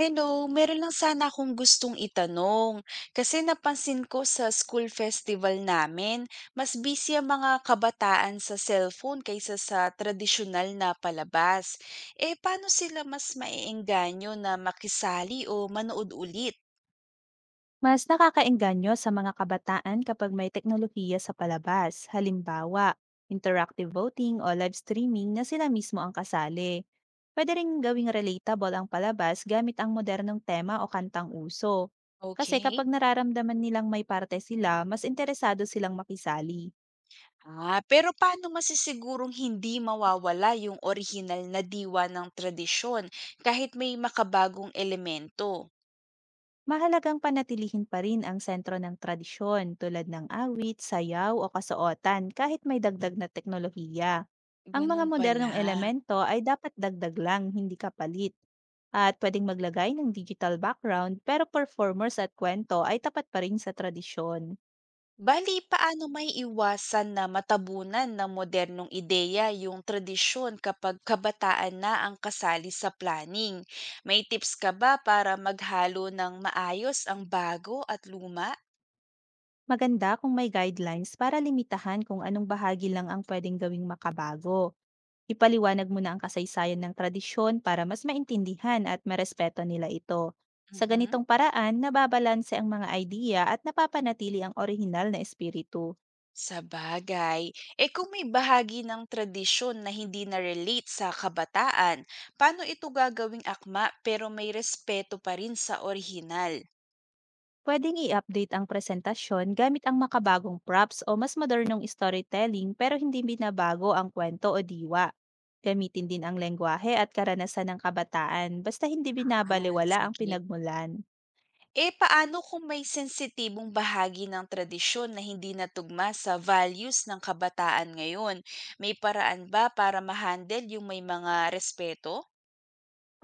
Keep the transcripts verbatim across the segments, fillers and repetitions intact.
Hello, meron lang sana akong gustong itanong. Kasi napansin ko sa school festival namin, mas busy ang mga kabataan sa cellphone kaysa sa tradisyonal na palabas. Eh, paano sila mas maiengganyo na makisali o manood ulit? Mas nakakaengganyo sa mga kabataan kapag may teknolohiya sa palabas, halimbawa, interactive voting o live streaming na sila mismo ang kasali. Pwede rin gawing relatable ang palabas gamit ang modernong tema o kantang uso. Kasi Okay. kapag nararamdaman nilang may parte sila, mas interesado silang makisali. Ah, pero paano masisigurong hindi mawawala yung orihinal na diwa ng tradisyon kahit may makabagong elemento? Mahalagang panatilihin pa rin ang sentro ng tradisyon tulad ng awit, sayaw o kasuotan kahit may dagdag na teknolohiya. Ang mga Ganun pala. modernong elemento ay dapat dagdag lang, hindi kapalit. At pwedeng maglagay ng digital background, pero performers at kwento ay tapat pa rin sa tradisyon. Bali, paano may iwasan na matabunan ng modernong ideya yung tradisyon kapag kabataan na ang kasali sa planning? May tips ka ba para maghalo ng maayos ang bago at luma? Maganda kung may guidelines para limitahan kung anong bahagi lang ang pwedeng gawing makabago. Ipaliwanag mo na ang kasaysayan ng tradisyon para mas maintindihan at marespeto nila ito. Sa Mhm. ganitong paraan, nababalanse ang mga idea at napapanatili ang orihinal na espiritu. Sa bagay, eh kung may bahagi ng tradisyon na hindi na-relate sa kabataan, paano ito gagawing akma pero may respeto pa rin sa orihinal? Pwedeng i-update ang presentasyon gamit ang makabagong props o mas modernong storytelling, pero hindi binabago ang kwento o diwa. Gamitin din ang lengguwahe at karanasan ng kabataan, basta hindi Ah, binabaliwala ang sige. pinagmulan. Eh, paano kung may sensitibong bahagi ng tradisyon na hindi natugma sa values ng kabataan ngayon? May paraan ba para ma-handle yung may mga respeto?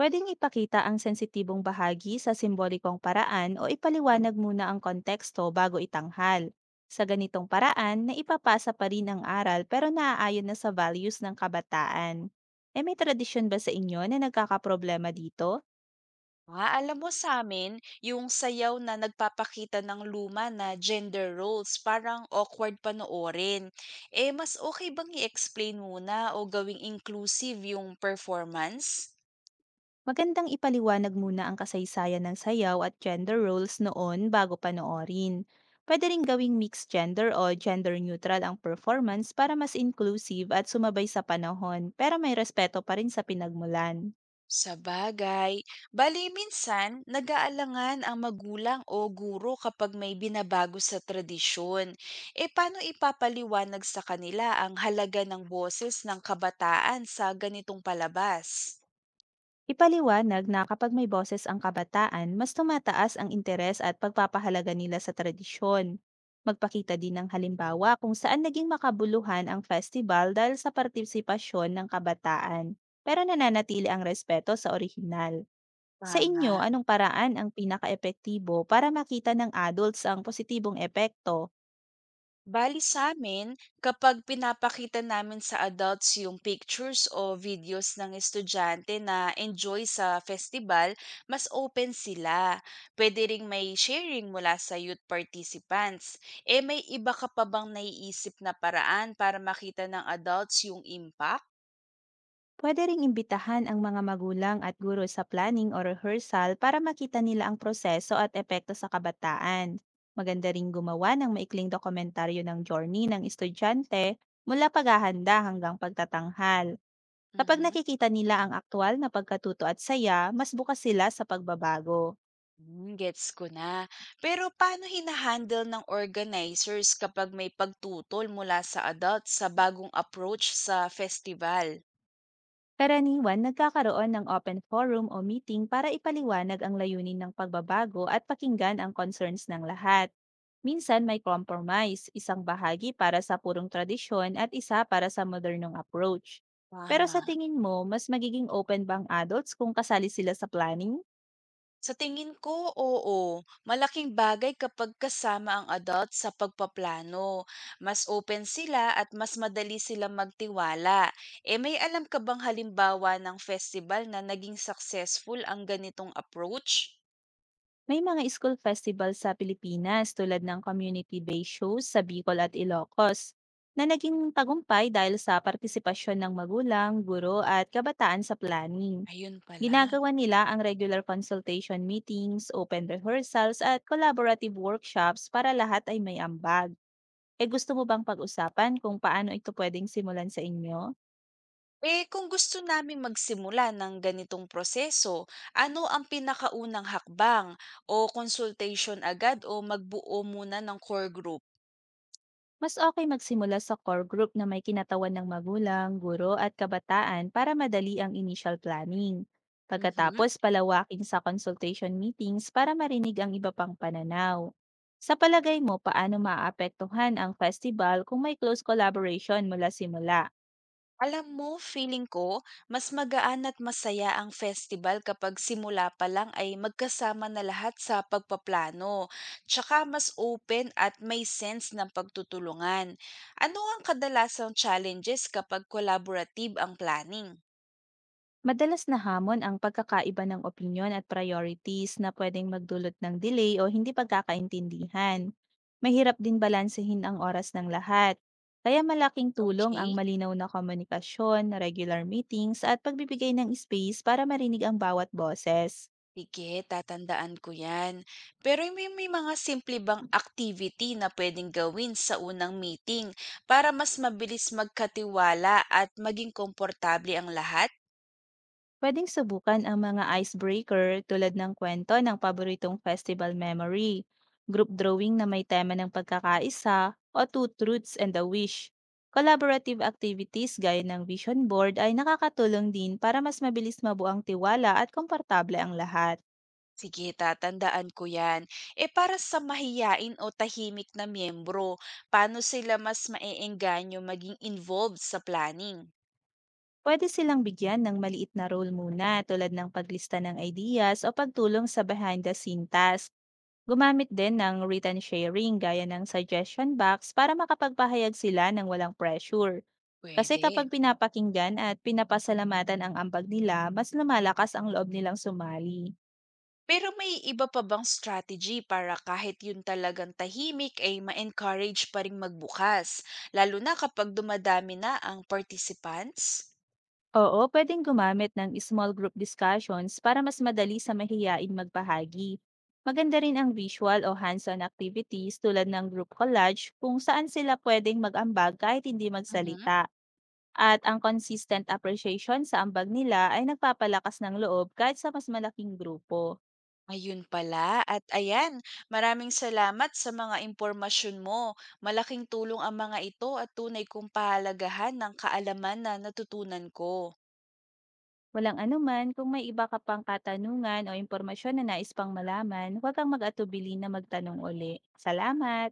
Pwedeng ipakita ang sensitibong bahagi sa simbolikong paraan o ipaliwanag muna ang konteksto bago itanghal. Sa ganitong paraan, naipapasa pa rin ang aral, pero naaayon na sa values ng kabataan. E may tradisyon ba sa inyo na nagkakaproblema dito? Ah, alam mo sa amin, yung sayaw na nagpapakita ng luma na gender roles, parang awkward panoorin. Eh, mas okay bang i-explain muna o gawing inclusive yung performance? Magandang ipaliwanag muna ang kasaysayan ng sayaw at gender roles noon bago panoorin. Pwede rin gawing mixed gender o gender neutral ang performance para mas inclusive at sumabay sa panahon, pero may respeto pa rin sa pinagmulan. Sabagay. Bali, minsan, nag-aalangan ang magulang o guro kapag may binabago sa tradisyon. E paano ipapaliwanag sa kanila ang halaga ng boses ng kabataan sa ganitong palabas? Ipaliwanag na kapag may boses ang kabataan, mas tumataas ang interes at pagpapahalaga nila sa tradisyon. Magpakita din ng halimbawa kung saan naging makabuluhan ang festival dahil sa partisipasyon ng kabataan, pero nananatili ang respeto sa orihinal. Sa inyo, Tama. anong paraan ang pinaka para makita ng adults ang positibong epekto? Bali sa sa'min, kapag pinapakita namin sa adults yung pictures o videos ng estudyante na enjoy sa festival, mas open sila. Pwede ring may sharing mula sa youth participants. Eh may iba ka pa bang naiisip na paraan para makita ng adults yung impact? Pwede ring imbitahan ang mga magulang at guro sa planning o rehearsal para makita nila ang proseso at epekto sa kabataan. Maganda ring gumawa ng maikling dokumentaryo ng journey ng estudyante mula paghahanda hanggang pagtatanghal. Kapag Mhm. nakikita nila ang aktual na pagkatuto at saya, mas bukas sila sa pagbabago. Hmm, gets ko na. Pero paano hinahandle ng organizers kapag may pagtutol mula sa adults sa bagong approach sa festival? Karaniwan, nagkakaroon ng open forum o meeting para ipaliwanag ang layunin ng pagbabago at pakinggan ang concerns ng lahat. Minsan may compromise, isang bahagi para sa purong tradisyon at isa para sa modernong approach. Pero sa Tama. tingin mo, mas magiging open bang adults kung kasali sila sa planning? Sa tingin ko, oo. Malaking bagay kapag kasama ang adult sa pagpaplano. Mas open sila at mas madali silang magtiwala. E may alam ka bang halimbawa ng festival na naging successful ang ganitong approach? May mga school festival sa Pilipinas tulad ng community-based shows sa Bicol at Ilocos na naging tagumpay dahil sa partisipasyon ng magulang, guro at kabataan sa planning. Ayun pala. Ginagawa nila ang regular consultation meetings, open rehearsals at collaborative workshops para lahat ay may ambag. E gusto mo bang pag-usapan kung paano ito pwedeng simulan sa inyo? Eh kung gusto naming magsimula ng ganitong proseso, ano ang pinakaunang hakbang? O consultation agad o magbuo muna ng core group? Mas okay magsimula sa core group na may kinatawan ng magulang, guro at kabataan para madali ang initial planning. Mhm. Pagkatapos, palawakin sa consultation meetings para marinig ang iba pang pananaw. Sa palagay mo, paano maapektuhan ang festival kung may close collaboration mula simula? Alam mo, feeling ko, mas magaan at masaya ang festival kapag simula pa lang ay magkasama na lahat sa pagpaplano. Tsaka mas open at may sense ng pagtutulungan. Ano ang kadalasang challenges kapag collaborative ang planning? Madalas na hamon ang pagkakaiba ng opinyon at priorities na pwedeng magdulot ng delay o hindi pagkakaintindihan. Mahirap din balansehin ang oras ng lahat. Kaya malaking tulong ang Okay. malinaw na komunikasyon, regular meetings at pagbibigay ng space para marinig ang bawat boses. Sige, tatandaan ko yan. Pero may, may mga simple bang activity na pwedeng gawin sa unang meeting para mas mabilis magkatiwala at maging komportable ang lahat? Pwedeng subukan ang mga icebreaker tulad ng kwento ng paboritong festival memory, group drawing na may tema ng pagkakaisa, o two truths and a wish. Collaborative activities gaya ng vision board ay nakakatulong din para mas mabilis mabuo ang tiwala at komportable ang lahat. Sige, tatandaan ko yan. E para sa mahiyain o tahimik na miyembro, paano sila mas maeengganyo maging involved sa planning? Pwede silang bigyan ng maliit na role muna tulad ng paglista ng ideas o pagtulong sa behind the scene task. Gumamit din ng written sharing gaya ng suggestion box para makapagpahayag sila ng walang pressure. Kasi Pwede. kapag pinapakinggan at pinapasalamatan ang ambag nila, mas lumalakas ang loob nilang sumali. Pero may iba pa bang strategy para kahit yun talagang tahimik ay ma-encourage pa rin magbukas, lalo na kapag dumadami na ang participants? Oo, pwedeng gumamit ng small group discussions para mas madali sa mahiyain magbahagi. Maganda rin ang visual o hands-on activities tulad ng group collage kung saan sila pwedeng mag-ambag kahit hindi magsalita. At ang consistent appreciation sa ambag nila ay nagpapalakas ng loob kahit sa mas malaking grupo. Ayun pala at ayan, maraming salamat sa mga impormasyon mo. Malaking tulong ang mga ito at tunay kong pahalagahan ng kaalaman na natutunan ko. Walang anuman, kung may iba ka pang katanungan o impormasyon na nais pang malaman, huwag kang mag-atubili na magtanong uli. Salamat!